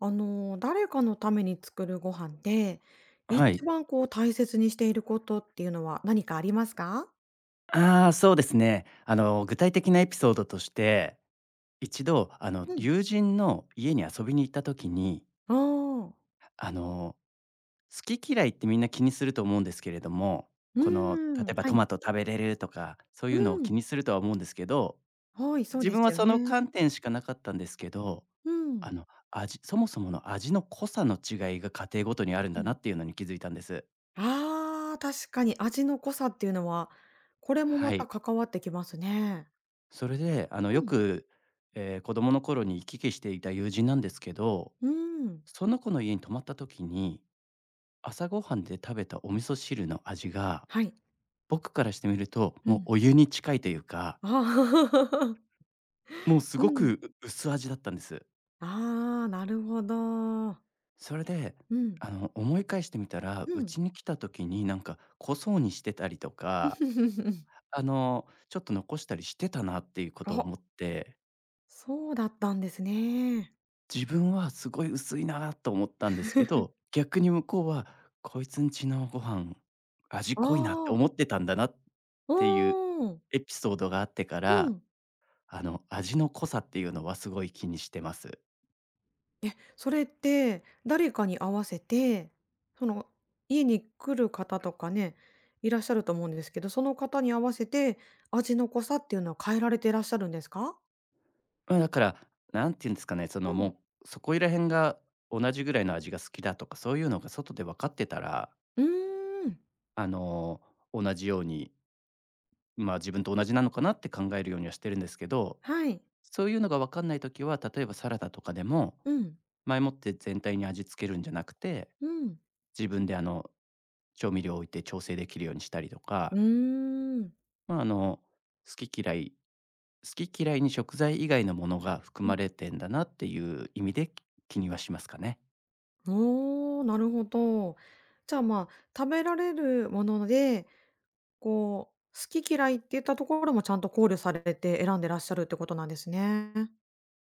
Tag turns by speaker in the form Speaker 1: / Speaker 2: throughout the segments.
Speaker 1: 誰かのために作るご飯で、
Speaker 2: は
Speaker 1: 一
Speaker 2: い。
Speaker 1: 番こう大切にしていることっていうのは何かありますか？
Speaker 2: ああ、そうですね。具体的なエピソードとして、一度、
Speaker 1: うん。
Speaker 2: 友人の家に遊びに行った時に、
Speaker 1: ああ、
Speaker 2: あの、好き嫌いってみんな気にすると思うんですけれども、
Speaker 1: う
Speaker 2: この、
Speaker 1: ー
Speaker 2: 例え
Speaker 1: ん、
Speaker 2: ば
Speaker 1: は
Speaker 2: ト
Speaker 1: い。
Speaker 2: マト食べれるとか、そう
Speaker 1: う
Speaker 2: いうのを気
Speaker 1: ん、
Speaker 2: にするとは思うんですけど、
Speaker 1: はい、そう
Speaker 2: 自
Speaker 1: で
Speaker 2: 分
Speaker 1: す
Speaker 2: は
Speaker 1: よ
Speaker 2: その観
Speaker 1: ね。
Speaker 2: 点しかなかったんですけど、
Speaker 1: うん。
Speaker 2: あの、味そもそもの味の濃さの違いが家庭ごとにあるん
Speaker 1: う
Speaker 2: だな
Speaker 1: ん。
Speaker 2: っていうのに気づいたんです。
Speaker 1: ああ、確かに味の濃さっていうのは、これもま
Speaker 2: は
Speaker 1: た
Speaker 2: い。
Speaker 1: 関わってきますね。
Speaker 2: それで、
Speaker 1: う
Speaker 2: よ
Speaker 1: ん。
Speaker 2: く、子供の頃に行き来していた友人なんですけど、
Speaker 1: うーん、
Speaker 2: その子の家に泊まった時に、朝ごはんで食べたお味噌汁の味が、
Speaker 1: はい、
Speaker 2: 僕からしてみると、
Speaker 1: う
Speaker 2: もう
Speaker 1: ん。
Speaker 2: お湯に近いというか、
Speaker 1: ああ、
Speaker 2: もうす
Speaker 1: う
Speaker 2: ご
Speaker 1: ん。
Speaker 2: く薄味だったんです。
Speaker 1: ああ、なるほど。
Speaker 2: それで、
Speaker 1: うん、
Speaker 2: 思い返してみたら、
Speaker 1: う
Speaker 2: う
Speaker 1: ん。
Speaker 2: ちに来た時になんか濃そうにしてたりとか、ちょっと残したりしてたなっていうことを
Speaker 1: あ。
Speaker 2: 思って、
Speaker 1: そうだったんですね。
Speaker 2: 自分はすごい薄いなと思ったんですけど、逆に向こうはこいつんちのご飯、味
Speaker 1: あ
Speaker 2: 濃いなって
Speaker 1: あ、
Speaker 2: 思ってたんだなっ
Speaker 1: う
Speaker 2: ていう
Speaker 1: ん、
Speaker 2: エピソードがあってか
Speaker 1: う
Speaker 2: ら、
Speaker 1: ん。
Speaker 2: 味の濃さっていうのはすごい気にしてます。
Speaker 1: え、それって誰かに合わせて、その、家に来る方とかね、いらっしゃると思うんですけど、その方に合わせて、味の濃さっていうのは変えられていらっしゃるんですか？
Speaker 2: まあ、だから、んていうんですかね、そ
Speaker 1: う
Speaker 2: の、
Speaker 1: ん。
Speaker 2: もう、そこいら辺が同じぐらいの味が好きだとか、そういうのが外で分かってたら、
Speaker 1: うーん、
Speaker 2: あの、同じように、ま、自分と同じなのかなって考えるようにはしてるんですけど、
Speaker 1: はい。
Speaker 2: そういうのが分かんない時は、例えばサラダとかでも
Speaker 1: うん、
Speaker 2: 前もって全体に味付けるんじゃなくて、
Speaker 1: うん。
Speaker 2: 自分で調味料を置いて調整できるようにしたりと
Speaker 1: う
Speaker 2: か、
Speaker 1: ーん。
Speaker 2: まあ、好き嫌い好き嫌いに食材以外のものが含
Speaker 1: う
Speaker 2: ま
Speaker 1: ん。
Speaker 2: れてんだなっていう意味で、気にはしますかね。
Speaker 1: おお、なるほど。じゃあ、まあ、食べられるものでこう、好き嫌いっていったところもちゃんと考慮されて選んでらっしゃるってことなんですね。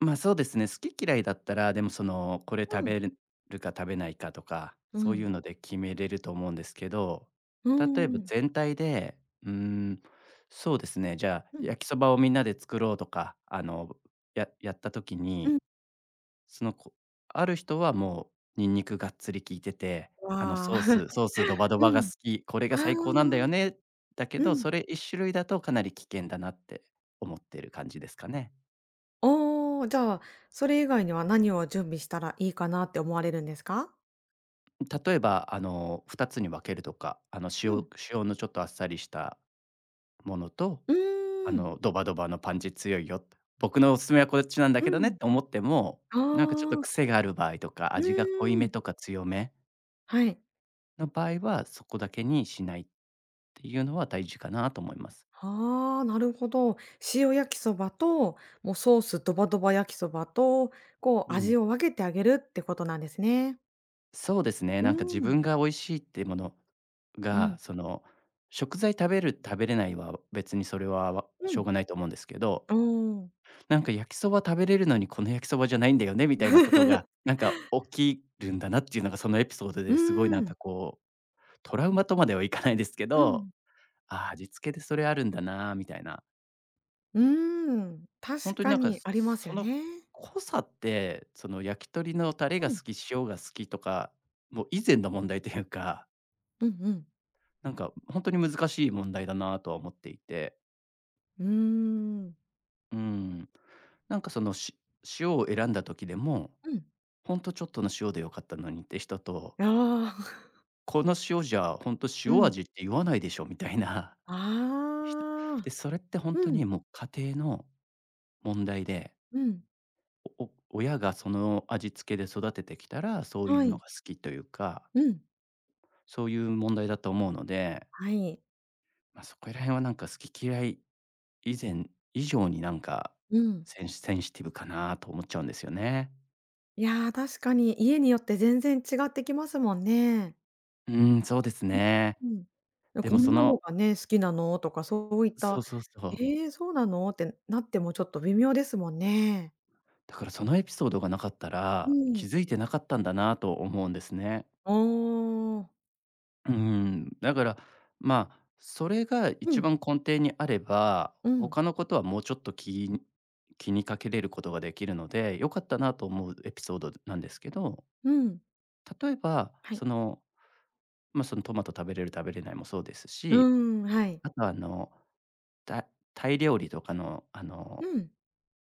Speaker 2: ま、そうですね、好き嫌いだったら、でもその、これ食
Speaker 1: うん、
Speaker 2: べるるか食べないかとか、
Speaker 1: う
Speaker 2: そうい
Speaker 1: ん、
Speaker 2: うので決めれると思うんですけど、
Speaker 1: うー
Speaker 2: 例えば
Speaker 1: ん、
Speaker 2: 全体で、うーん、そうですね、じゃあ、
Speaker 1: うん、
Speaker 2: 焼きそばをみんなで作ろうとか、やった時
Speaker 1: う
Speaker 2: に、
Speaker 1: ん。
Speaker 2: その、ある人はもうニンニクがっつり効いてて、あの
Speaker 1: わあ、
Speaker 2: ソースソー スドバド
Speaker 1: う
Speaker 2: バが好
Speaker 1: ん。
Speaker 2: き、これが
Speaker 1: ああ、
Speaker 2: 最高なんだよね、だけ
Speaker 1: う
Speaker 2: ど、
Speaker 1: ん。
Speaker 2: それ一種類だとかなり危険だなって思ってる感じですかね。
Speaker 1: おお、じゃあ、それ以外には何を準備したらいいかなって思われるんですか？
Speaker 2: 例えば、2つに分けるとか、
Speaker 1: う
Speaker 2: 塩
Speaker 1: ん。
Speaker 2: 塩のちょっとあっさりしたものと、
Speaker 1: うーん、
Speaker 2: ドバドバのパンチ強いよ、僕のおすすめはこっちなんだ
Speaker 1: う
Speaker 2: けどねって思っても、なんかちょっと
Speaker 1: ん。ああ、
Speaker 2: 癖がある場合とか、
Speaker 1: う
Speaker 2: 味が濃い
Speaker 1: ー
Speaker 2: め
Speaker 1: ん、
Speaker 2: とか強め
Speaker 1: はい。
Speaker 2: の場合は、そこだけにしないっていうのは大事かなと思います。
Speaker 1: ああ、なるほど。塩焼きそばと、もうソースドバドバ焼きそばと、こ
Speaker 2: う
Speaker 1: う
Speaker 2: ん。
Speaker 1: 味を分けてあげるってことなんですね。
Speaker 2: そうですね、
Speaker 1: う
Speaker 2: なんか自
Speaker 1: ーん、
Speaker 2: 分が美味しいってもの
Speaker 1: う
Speaker 2: が、
Speaker 1: ん、
Speaker 2: その、食材食べる食べれないは別にそれはわ
Speaker 1: う
Speaker 2: しょう
Speaker 1: ん、
Speaker 2: がないと思うんですけど、
Speaker 1: おお。
Speaker 2: なんか焼きそば食べれるのにこの焼きそばじゃないんだよねみたいなことが、なんか起きるんだなっていうのがそのエピソード
Speaker 1: う
Speaker 2: で
Speaker 1: ー
Speaker 2: すごいなん
Speaker 1: ん、
Speaker 2: かこう、トラウマとまではいかないですけ
Speaker 1: う
Speaker 2: ど、
Speaker 1: ん、
Speaker 2: ああ、味付けでそれあるんだなみたいな。
Speaker 1: うーん、
Speaker 2: ほん
Speaker 1: 確
Speaker 2: とに
Speaker 1: か
Speaker 2: なんか、
Speaker 1: にあります
Speaker 2: そ
Speaker 1: よ
Speaker 2: の
Speaker 1: ね。
Speaker 2: 濃さって、その焼き鳥のタレ
Speaker 1: う
Speaker 2: が
Speaker 1: ん、
Speaker 2: 好き、塩が好きとか、もう以前の問題というか、
Speaker 1: うんうん。
Speaker 2: なんかほんとに難しい問題だなとは思っていて、
Speaker 1: うーん、
Speaker 2: うーん。なんかその、塩を選んだ時でも、
Speaker 1: うん。
Speaker 2: ほんとちょっとの塩で良かったのにって人と、
Speaker 1: ああ、
Speaker 2: この塩じゃほんと
Speaker 1: う
Speaker 2: 塩
Speaker 1: ん。
Speaker 2: 味って言わないでしょみたいな 人。
Speaker 1: あ
Speaker 2: で、
Speaker 1: あ、
Speaker 2: それってほん
Speaker 1: う
Speaker 2: と
Speaker 1: ん、
Speaker 2: にもう家庭の問題で、
Speaker 1: うん、
Speaker 2: 親がその味付けで育ててきたら、そうい
Speaker 1: は
Speaker 2: うの
Speaker 1: い、
Speaker 2: が好きというか
Speaker 1: うん、
Speaker 2: そういう問題だと思うので、
Speaker 1: はい、
Speaker 2: まあ、そこら辺はなんか好き嫌い以前以上になんか、
Speaker 1: うん。
Speaker 2: センシティブかなと思っちゃうんですよね。
Speaker 1: いやー、確かに家によって全然違ってきますもんね。
Speaker 2: うーん、そうですね。
Speaker 1: うん。
Speaker 2: でも
Speaker 1: こんなのがね、好きなのとかそういっ
Speaker 2: そう
Speaker 1: た、
Speaker 2: そうそう。
Speaker 1: ええ、そうなのってなってもちょっと微妙ですもんね。
Speaker 2: だからそのエピソードがなかった
Speaker 1: う
Speaker 2: ら、気
Speaker 1: ん。
Speaker 2: づいてなかったんだなと思うんですね。
Speaker 1: おー
Speaker 2: うん、だから、まあ、それが
Speaker 1: う
Speaker 2: 一
Speaker 1: ん、
Speaker 2: 番根底にあれば、
Speaker 1: うん、
Speaker 2: 他のことはもうちょっと気にかけれることができるので、良かったなと思うエピソードなんですけど、
Speaker 1: うん。
Speaker 2: 例えば、
Speaker 1: は
Speaker 2: そ
Speaker 1: い。
Speaker 2: の、まあ、そのトマト食べれる食べれないもそうです
Speaker 1: う
Speaker 2: し、
Speaker 1: ーん、はい。
Speaker 2: あとはタタイ料理とかの
Speaker 1: うん。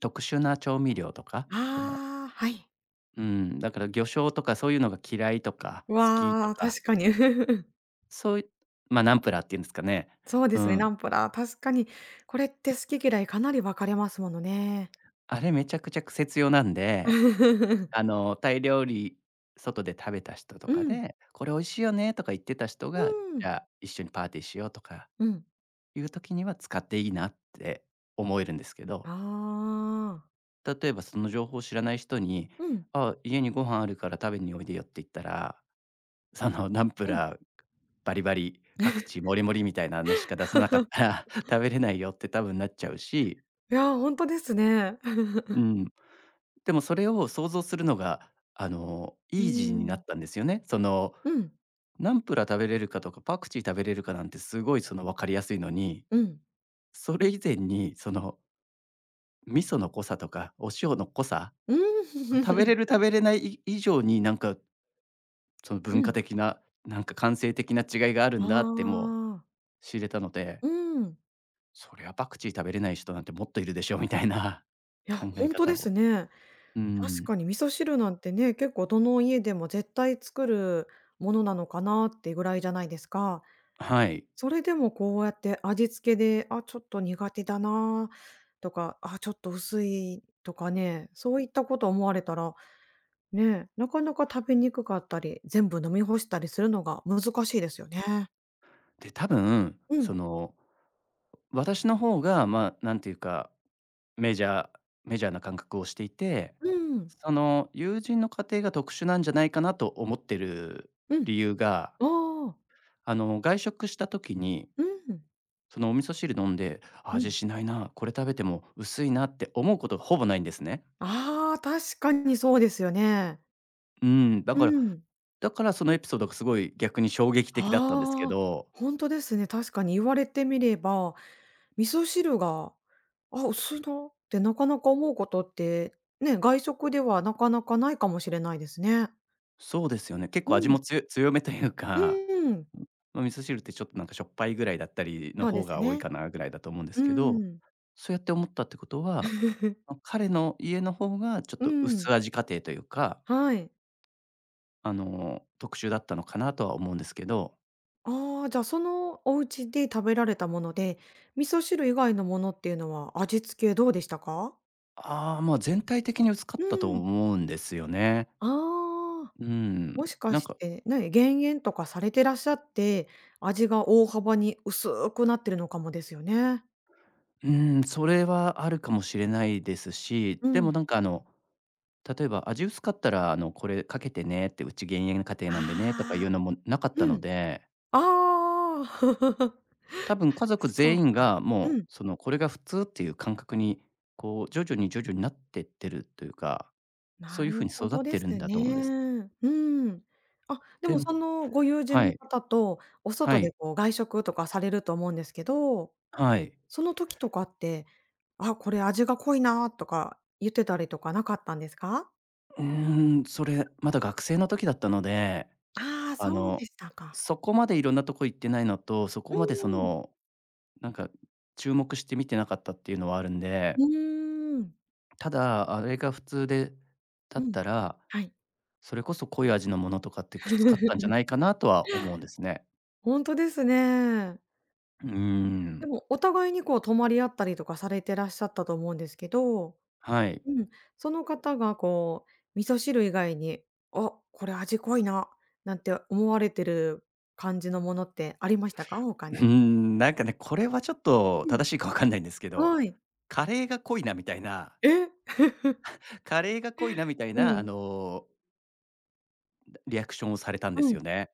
Speaker 2: 特殊な調味料とか、その、
Speaker 1: ああ、はい。
Speaker 2: うん、だから魚醤とかそういうのが嫌いとか、好きと
Speaker 1: わあ、
Speaker 2: か、
Speaker 1: 確かに。
Speaker 2: そういう、まあ、ナンプラーっていうんですかね。
Speaker 1: そうで
Speaker 2: う
Speaker 1: すね、
Speaker 2: ん。
Speaker 1: ナンプラー、確かに、これって好き嫌いかなり分かれますものね。
Speaker 2: あれめちゃくちゃ癖強なんで、タイ料理外で食べた人と
Speaker 1: う
Speaker 2: か
Speaker 1: ん、
Speaker 2: で、「これ美味しいよね」とか言ってた人
Speaker 1: う
Speaker 2: が、じ
Speaker 1: ん、
Speaker 2: ゃあ一緒にパーティーしようとか
Speaker 1: うん。
Speaker 2: いう時には使っていいなって思えるんですけ
Speaker 1: あ
Speaker 2: ど。
Speaker 1: あ。
Speaker 2: 例えばその情報を知らない人に
Speaker 1: うん、
Speaker 2: 「あ、家にご飯あるから食べにおいでよ」って言ったら、そのナンプ
Speaker 1: うん。
Speaker 2: ラーバリバリ、パクチーもりもりみたいなのしか出さなかった ら 食べれないよって多分なっちゃうし、
Speaker 1: いや、ー本当ですね。
Speaker 2: う ん。でもそれを想像するのが、
Speaker 1: う
Speaker 2: イージーになっ
Speaker 1: ん。
Speaker 2: たんですよね。その、
Speaker 1: うん、
Speaker 2: ナンプラー食べれるかとか、パクチー食べれるかなんてすごいその分かりやすいのに、
Speaker 1: うん。う
Speaker 2: それ以前にその味噌の濃さとかお塩の濃さ、
Speaker 1: ん。
Speaker 2: 食べれ る食べれないい以上になんかその
Speaker 1: う
Speaker 2: 文化
Speaker 1: ん。
Speaker 2: 的 な、なんか感性的な違いがあるん
Speaker 1: あ
Speaker 2: だってもう
Speaker 1: あ。
Speaker 2: 知れたので、
Speaker 1: うん。
Speaker 2: そりゃパクチー食べれない人なんてもっといるでしょみたいな
Speaker 1: いや、
Speaker 2: 考え
Speaker 1: ほんとで
Speaker 2: 方を。
Speaker 1: すね。
Speaker 2: う
Speaker 1: 確
Speaker 2: ん。
Speaker 1: かに味噌汁なんてね、結構どの家でも絶対作るものなのかなってぐらいじゃないですか。
Speaker 2: はい。
Speaker 1: それでもこうやって味付けで、あ、ちょっと苦手だなとか、あ、ちょっと薄いとかね、そういったこと思われたら、ね、なかなか食べにくかったり、全部飲み干したりするのが難しいですよね。
Speaker 2: で、多分、
Speaker 1: う
Speaker 2: そ
Speaker 1: ん。
Speaker 2: の、私の方が、まあ、なんていうか、メジャーメジャーな感覚をしていて、
Speaker 1: うん。
Speaker 2: その友人の家庭が特殊なんじゃないかなと思ってる
Speaker 1: うん。
Speaker 2: 理由が、
Speaker 1: ああ、
Speaker 2: 外食した時に
Speaker 1: うん。
Speaker 2: そのお味噌汁飲んで、あ、
Speaker 1: う
Speaker 2: 味
Speaker 1: ん。
Speaker 2: しないな、これ食べても薄いなって思うことほぼないんですね。
Speaker 1: ああ、確かにそうですよね。
Speaker 2: うん、
Speaker 1: うん。
Speaker 2: だからそのエピソードがすごい逆に衝撃的だったんですけ
Speaker 1: ああ、
Speaker 2: ど、
Speaker 1: 本当ですね。確かに言われてみれば、味噌汁が、あ、薄いなってなかなか思うことって、ね、外食ではなかなかないかもしれないですね。
Speaker 2: そうですよね。結
Speaker 1: う
Speaker 2: 構味も
Speaker 1: ん。
Speaker 2: 強めというか、
Speaker 1: うん。
Speaker 2: まあ、味噌汁ってちょっとなんかしょっぱいぐらいだったりの
Speaker 1: そうで
Speaker 2: 方
Speaker 1: す
Speaker 2: が多い
Speaker 1: ね。
Speaker 2: かなぐらいだと思うんで
Speaker 1: う
Speaker 2: すけど、
Speaker 1: ん。
Speaker 2: そうやって思ったってことは、ま、彼の家の方がちょっ
Speaker 1: う
Speaker 2: と
Speaker 1: ん。
Speaker 2: 薄味家庭というか、
Speaker 1: はい。
Speaker 2: 特殊だったのかなとは思うんですけど。
Speaker 1: ああ、じゃあ、そのお家で食べられたもので、味噌汁以外のものっていうのは味付けどうでしたか？
Speaker 2: ああ、まあ、全体的に薄かっ
Speaker 1: う
Speaker 2: たと
Speaker 1: ん。
Speaker 2: 思うんですよね。
Speaker 1: ああ。
Speaker 2: うん。
Speaker 1: もしか
Speaker 2: なん
Speaker 1: し
Speaker 2: か、
Speaker 1: て、ね、減塩とかされてらっしゃって、味が大幅に薄くなってるのかもですよね。
Speaker 2: うん、それはあるかもしれないですし、
Speaker 1: う
Speaker 2: でも
Speaker 1: ん。
Speaker 2: なんか例えば「味薄かったら、これかけてね」って「うち減塩家庭なんでね」とかい
Speaker 1: ああ、
Speaker 2: うのもなかった
Speaker 1: う
Speaker 2: の
Speaker 1: ん。
Speaker 2: で、
Speaker 1: ああ。
Speaker 2: 多分家族
Speaker 1: そ
Speaker 2: 全
Speaker 1: うか。
Speaker 2: 員が
Speaker 1: う
Speaker 2: もう、
Speaker 1: ん、
Speaker 2: その、これが普通っていう感覚に、こう、徐々に徐々になってってるというか、そ
Speaker 1: な
Speaker 2: ういう
Speaker 1: る
Speaker 2: 風に
Speaker 1: ほ
Speaker 2: 育っ
Speaker 1: ど
Speaker 2: て
Speaker 1: です
Speaker 2: るんだと思うんです。
Speaker 1: ね。うん。あ、で
Speaker 2: で
Speaker 1: もそのご友人
Speaker 2: は
Speaker 1: の
Speaker 2: い、
Speaker 1: 方とお
Speaker 2: は
Speaker 1: 外で
Speaker 2: い、
Speaker 1: こう外食とかされると思うんですけど、
Speaker 2: はい。
Speaker 1: その時とかって、あ、これ味が濃いなとか言ってたりとかなかったんですか？
Speaker 2: それ、まだ学生の時だったので、
Speaker 1: ああー、
Speaker 2: あ
Speaker 1: そうで
Speaker 2: の、
Speaker 1: したか。
Speaker 2: そこまでいろんなとこ行ってないのと、そこ
Speaker 1: う
Speaker 2: まで
Speaker 1: ん。
Speaker 2: なんか注目して見てなかったっていうのはあるん
Speaker 1: う
Speaker 2: で、
Speaker 1: ーん。
Speaker 2: ただ、あれが普通でだ
Speaker 1: う
Speaker 2: っ
Speaker 1: ん。
Speaker 2: たら、
Speaker 1: はい。
Speaker 2: それこそ濃い味のものとかってきつかったんじゃ ないかなとは思うんですね。
Speaker 1: 本当ですね。
Speaker 2: うーん、
Speaker 1: でも、お互いにこう、泊まり合ったりとかされてらっしゃったと思うんですけど、
Speaker 2: はい。
Speaker 1: うん、その方がこう、味噌汁以外に、「あ、これ味濃いな」なんて思われてる感じのものってありましたか？他 に。
Speaker 2: なんかね、これはちょっと
Speaker 1: うん。
Speaker 2: 正しいかわかんないんですけど、
Speaker 1: はい。
Speaker 2: カレーが濃いなみたいな
Speaker 1: え
Speaker 2: カレーが濃いなみたい
Speaker 1: う
Speaker 2: な、
Speaker 1: ん。
Speaker 2: リアクションをされたんで
Speaker 1: う
Speaker 2: す
Speaker 1: ん。
Speaker 2: よね。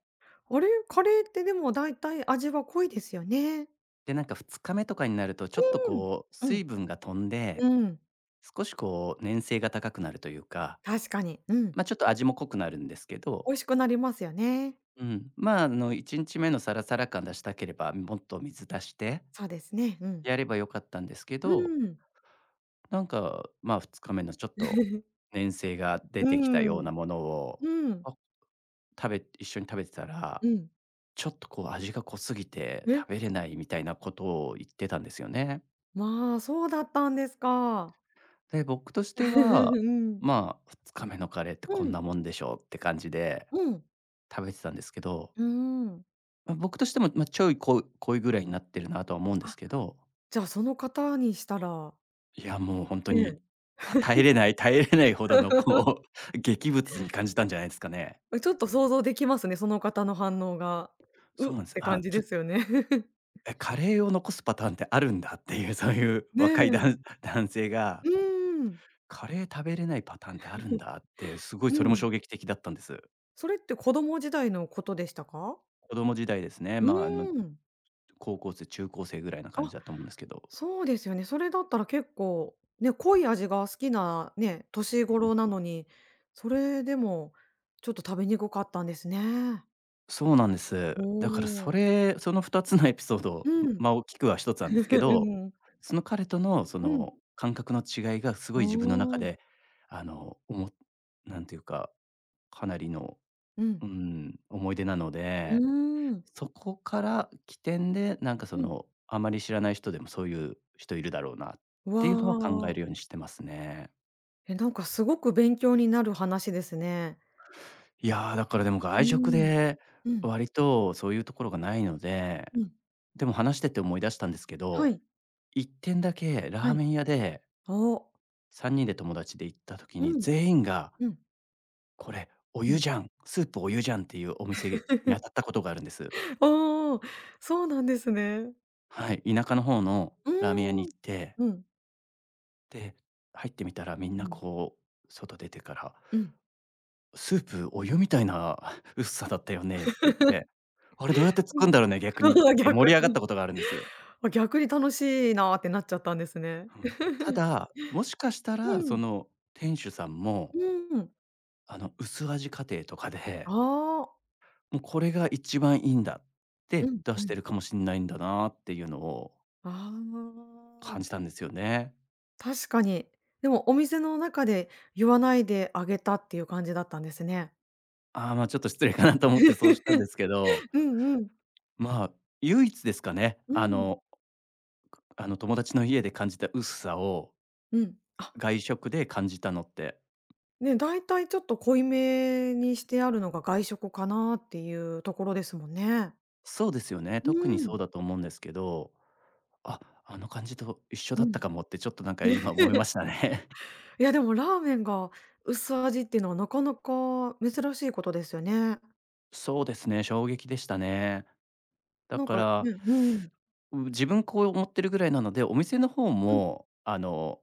Speaker 1: あれ、カレーってでも大体味は濃いですよね。
Speaker 2: で、なんか2日目とかになると、ちょっと
Speaker 1: うん。
Speaker 2: こう、
Speaker 1: う
Speaker 2: 水
Speaker 1: ん。
Speaker 2: 分が飛んで、
Speaker 1: うん。
Speaker 2: 少しこう、粘性が高くなるというか、
Speaker 1: 確かに。うん。
Speaker 2: ま、ちょっと味も濃くなるんですけど、
Speaker 1: 美味しくなりますよね。
Speaker 2: うん、まあ、1日目のサラサラ感出したければ、もっと水出して
Speaker 1: そうですね、うん。
Speaker 2: やればよかったんですけ
Speaker 1: う
Speaker 2: ど、
Speaker 1: ん。
Speaker 2: なんか、まあ、2日目のちょっと 粘性が出
Speaker 1: う
Speaker 2: てきたような
Speaker 1: ん。
Speaker 2: ものを、
Speaker 1: うん。
Speaker 2: あ、一緒に食べてたら、
Speaker 1: うん。
Speaker 2: ちょっとこう味が濃すぎて
Speaker 1: え、
Speaker 2: 食べれないみたいなことを言ってたんですよね。
Speaker 1: まあ、そうだったんですか。
Speaker 2: で、僕とし ては、
Speaker 1: うん。
Speaker 2: まあ、2日目のカレーって
Speaker 1: う
Speaker 2: こん
Speaker 1: ん、
Speaker 2: なもんでしょうって感じで
Speaker 1: うん。
Speaker 2: 食べてたんですけど、
Speaker 1: うん。
Speaker 2: まあ、僕としても、まあ、ちょい濃いぐらいになってるなとは思うんです
Speaker 1: あ、
Speaker 2: けど、
Speaker 1: じゃあ、その方にしたら、
Speaker 2: いや、もう本当
Speaker 1: ね。
Speaker 2: に、耐えれないほどのこ う、劇物に感じたんじゃないですかね。
Speaker 1: ちょっと想像できますね、その方の反応が。「う」
Speaker 2: そう
Speaker 1: っ
Speaker 2: なんです。
Speaker 1: て
Speaker 2: あ、
Speaker 1: 感じ
Speaker 2: ちょ
Speaker 1: で
Speaker 2: っと
Speaker 1: すよね。
Speaker 2: カレーを残すパターンってあるんだっていう、そういう
Speaker 1: ね
Speaker 2: 若い
Speaker 1: え。
Speaker 2: 男性が、
Speaker 1: うん。
Speaker 2: カレー食べれないパターンってあるんだって、すごい
Speaker 1: う
Speaker 2: それも
Speaker 1: ん。
Speaker 2: 衝撃的だったんです。
Speaker 1: それって子供時代のことでしたか？
Speaker 2: 子供時代ですね。
Speaker 1: う
Speaker 2: まあ、あの、
Speaker 1: ーん。
Speaker 2: 高校生、中高生ぐらいな感
Speaker 1: あ
Speaker 2: じだと思うんですけど。
Speaker 1: そうですよね。それだったら結構、ね、濃い味が好きなね、年
Speaker 2: うん。
Speaker 1: 頃なのに、それでもちょっと食べにくかったんですね。
Speaker 2: そうなんです。
Speaker 1: お
Speaker 2: だから
Speaker 1: お。
Speaker 2: その2つのエピソード、
Speaker 1: うん。
Speaker 2: ま、大きくは1つなんですけ
Speaker 1: う
Speaker 2: ど、
Speaker 1: ん。
Speaker 2: その彼とのそ
Speaker 1: うん。
Speaker 2: の感覚の違いがすご
Speaker 1: お
Speaker 2: い自分の中
Speaker 1: お。
Speaker 2: で、あの、おもなんていうか、かなりの、
Speaker 1: うん。
Speaker 2: うん、思い出なの
Speaker 1: う
Speaker 2: で、
Speaker 1: ーん。
Speaker 2: そこから起点で、なんかそ
Speaker 1: うん。
Speaker 2: の、あまり知らない人でもそういう人いるだろうなっ
Speaker 1: わ
Speaker 2: ていうのは考え
Speaker 1: あ。
Speaker 2: るようにしてますね。
Speaker 1: え、なんかすごく勉強になる話ですね。
Speaker 2: いやー、だからでも
Speaker 1: う
Speaker 2: 外食
Speaker 1: ん。
Speaker 2: で、
Speaker 1: うん。
Speaker 2: 割とそういうところがないので、
Speaker 1: うん。
Speaker 2: でも話してて思い出したんですけ
Speaker 1: は
Speaker 2: ど、
Speaker 1: い。
Speaker 2: 一点だけラ
Speaker 1: は
Speaker 2: ー
Speaker 1: い。
Speaker 2: メン屋で
Speaker 1: お。
Speaker 2: 3人で友達で行った時に、
Speaker 1: うん。
Speaker 2: 全員が
Speaker 1: うん。
Speaker 2: 「これ、お
Speaker 1: う
Speaker 2: 湯
Speaker 1: ん。
Speaker 2: じゃん、スープお湯じゃん」っていうお店に当たっ たことがあるんです。
Speaker 1: おお、そうなんですね。
Speaker 2: はい、田舎の方の
Speaker 1: う
Speaker 2: ラーメン屋に
Speaker 1: ー
Speaker 2: 行
Speaker 1: ん。
Speaker 2: って、
Speaker 1: うん。
Speaker 2: で、入ってみたらみん
Speaker 1: う
Speaker 2: な
Speaker 1: ん。
Speaker 2: こう、外出てから、
Speaker 1: うん。
Speaker 2: 「スープお湯みたいな 薄さだったよね」って言って、「あれどうやって
Speaker 1: う
Speaker 2: 作るん
Speaker 1: ん。
Speaker 2: だろうね、逆に」って
Speaker 1: 逆
Speaker 2: 盛り上がった
Speaker 1: に。
Speaker 2: ことがあるんです。
Speaker 1: あ、逆に楽しいなってなっちゃったんですね。
Speaker 2: うん。ただ、もしかした
Speaker 1: う
Speaker 2: らそ
Speaker 1: ん、
Speaker 2: の店主さんも、
Speaker 1: うん。
Speaker 2: 薄味家庭とか
Speaker 1: あ
Speaker 2: で、
Speaker 1: あ、
Speaker 2: もうこれが一番いいんだって
Speaker 1: うん
Speaker 2: 出
Speaker 1: う
Speaker 2: して
Speaker 1: ん。
Speaker 2: るかもしんないんだなっていうのを
Speaker 1: ああ、
Speaker 2: 感じたんですよね。
Speaker 1: 確かに。でもお店の中で言わないであげたっていう感じだったんですね。
Speaker 2: ああ、ま、ちょっと失礼かなと思ってそうしたんですけど、
Speaker 1: うんうん。
Speaker 2: まあ、唯一ですかね、
Speaker 1: うん。
Speaker 2: あの、友達の家で感じた薄さを
Speaker 1: うん。あ、
Speaker 2: 外食で感じたのって。
Speaker 1: ね、だいたいちょっと濃いめにしてあるのが外食かなっていうところですもんね。
Speaker 2: そうですよね、
Speaker 1: う
Speaker 2: 特にそう
Speaker 1: ん。
Speaker 2: だと思うんですけど、あ、あの感じと一緒
Speaker 1: う
Speaker 2: だった
Speaker 1: ん。
Speaker 2: かもってちょっとなんか今 思いましたね。
Speaker 1: いや、でもラーメンが薄味っていうのはなかなか珍しいことですよね。
Speaker 2: そうですね、衝撃でしたね。だ
Speaker 1: なん
Speaker 2: か
Speaker 1: かう
Speaker 2: ら、
Speaker 1: んうん、
Speaker 2: 自分こう思ってるぐらいなので、お店の方
Speaker 1: うん。
Speaker 2: も、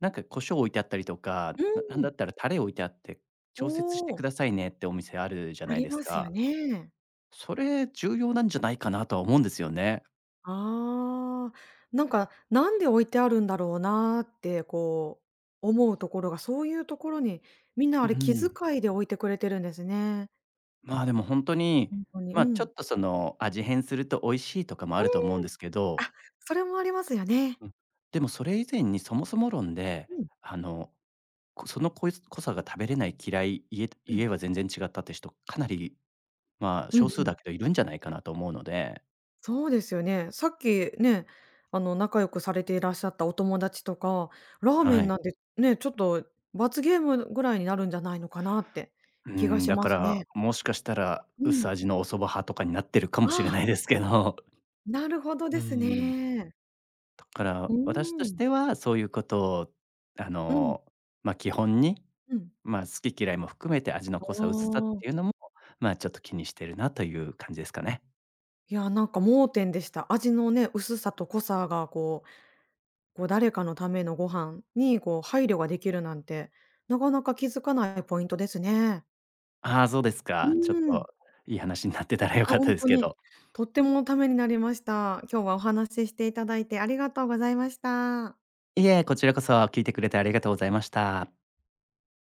Speaker 2: なんか胡椒置いてあったりとか、
Speaker 1: う
Speaker 2: なんだっ
Speaker 1: ん。
Speaker 2: たらタレ置いてあって、
Speaker 1: お
Speaker 2: 調節してく
Speaker 1: お、
Speaker 2: ださいねってお店あるじゃ
Speaker 1: あ
Speaker 2: ない
Speaker 1: り
Speaker 2: です
Speaker 1: ますよ
Speaker 2: か。
Speaker 1: ね。
Speaker 2: それ重要なんじゃないかなとは思うんですよね。
Speaker 1: ああ、なんか、なんで置いてあるんだろうなーって、こう、思うところが、そういうところに、みんな
Speaker 2: う
Speaker 1: あれ気
Speaker 2: ん。
Speaker 1: 遣いで置いてくれてるんですね。
Speaker 2: まあ、でも本当に、
Speaker 1: 本当に、
Speaker 2: ま、
Speaker 1: う
Speaker 2: ちょ
Speaker 1: ん。
Speaker 2: っとその、味変すると美味しいとかもあ
Speaker 1: う
Speaker 2: ると思うん
Speaker 1: ん、
Speaker 2: ですけど、
Speaker 1: あ、それもありますよね。
Speaker 2: うん、でもそれ以前にそもそも論で、
Speaker 1: うん、
Speaker 2: あのその濃さが食べれない嫌い、
Speaker 1: うん。
Speaker 2: 家は全然違ったって人、かなり、まあ、
Speaker 1: うん
Speaker 2: 少数
Speaker 1: うん。
Speaker 2: だけどいるんじゃないかなと思うので、
Speaker 1: そうですよね。さっきね、仲良くされていらっしゃったお友達とか、ラーメ
Speaker 2: は
Speaker 1: ン
Speaker 2: い。
Speaker 1: なんてね、ちょっと罰ゲームぐらいになるんじゃないのかなって
Speaker 2: う
Speaker 1: 気が
Speaker 2: ん、
Speaker 1: し
Speaker 2: だ
Speaker 1: ま
Speaker 2: か
Speaker 1: す
Speaker 2: ら、
Speaker 1: ね。
Speaker 2: もしかしたら
Speaker 1: う
Speaker 2: 薄
Speaker 1: ん。
Speaker 2: 味のお蕎麦派とかになってるか
Speaker 1: あ
Speaker 2: もしれな
Speaker 1: あ、
Speaker 2: いですけど。
Speaker 1: なるほど
Speaker 2: う
Speaker 1: で
Speaker 2: ん。
Speaker 1: す ね。
Speaker 2: だか
Speaker 1: う
Speaker 2: ら、私と
Speaker 1: ー
Speaker 2: し
Speaker 1: ん。
Speaker 2: てはそういうことを、あ
Speaker 1: うん、
Speaker 2: の、まあ、基本に、
Speaker 1: うん。
Speaker 2: まあ、好き嫌いも含めて味の
Speaker 1: あ
Speaker 2: 濃さ、薄さっていうの
Speaker 1: あ。
Speaker 2: も、まあ、ちょっと気にしてるなという感じですかね。
Speaker 1: いや、なんか盲点でした。味のね、薄さと濃さがこう、こう誰かのためのご飯にこう配慮ができるなんて、なかなか気づかないポイントですね。
Speaker 2: ああ、そうです
Speaker 1: う
Speaker 2: か。ちょっ
Speaker 1: ー
Speaker 2: と
Speaker 1: ん。
Speaker 2: いい話になってたら良
Speaker 1: あ、
Speaker 2: かっ
Speaker 1: ほ
Speaker 2: た
Speaker 1: ん
Speaker 2: です
Speaker 1: と
Speaker 2: け
Speaker 1: に、
Speaker 2: ど。
Speaker 1: とってもためになりました。今日はお話ししていただいてありがとうございました。
Speaker 2: いえ、こちらこそ聞いてくれてありがとうございました。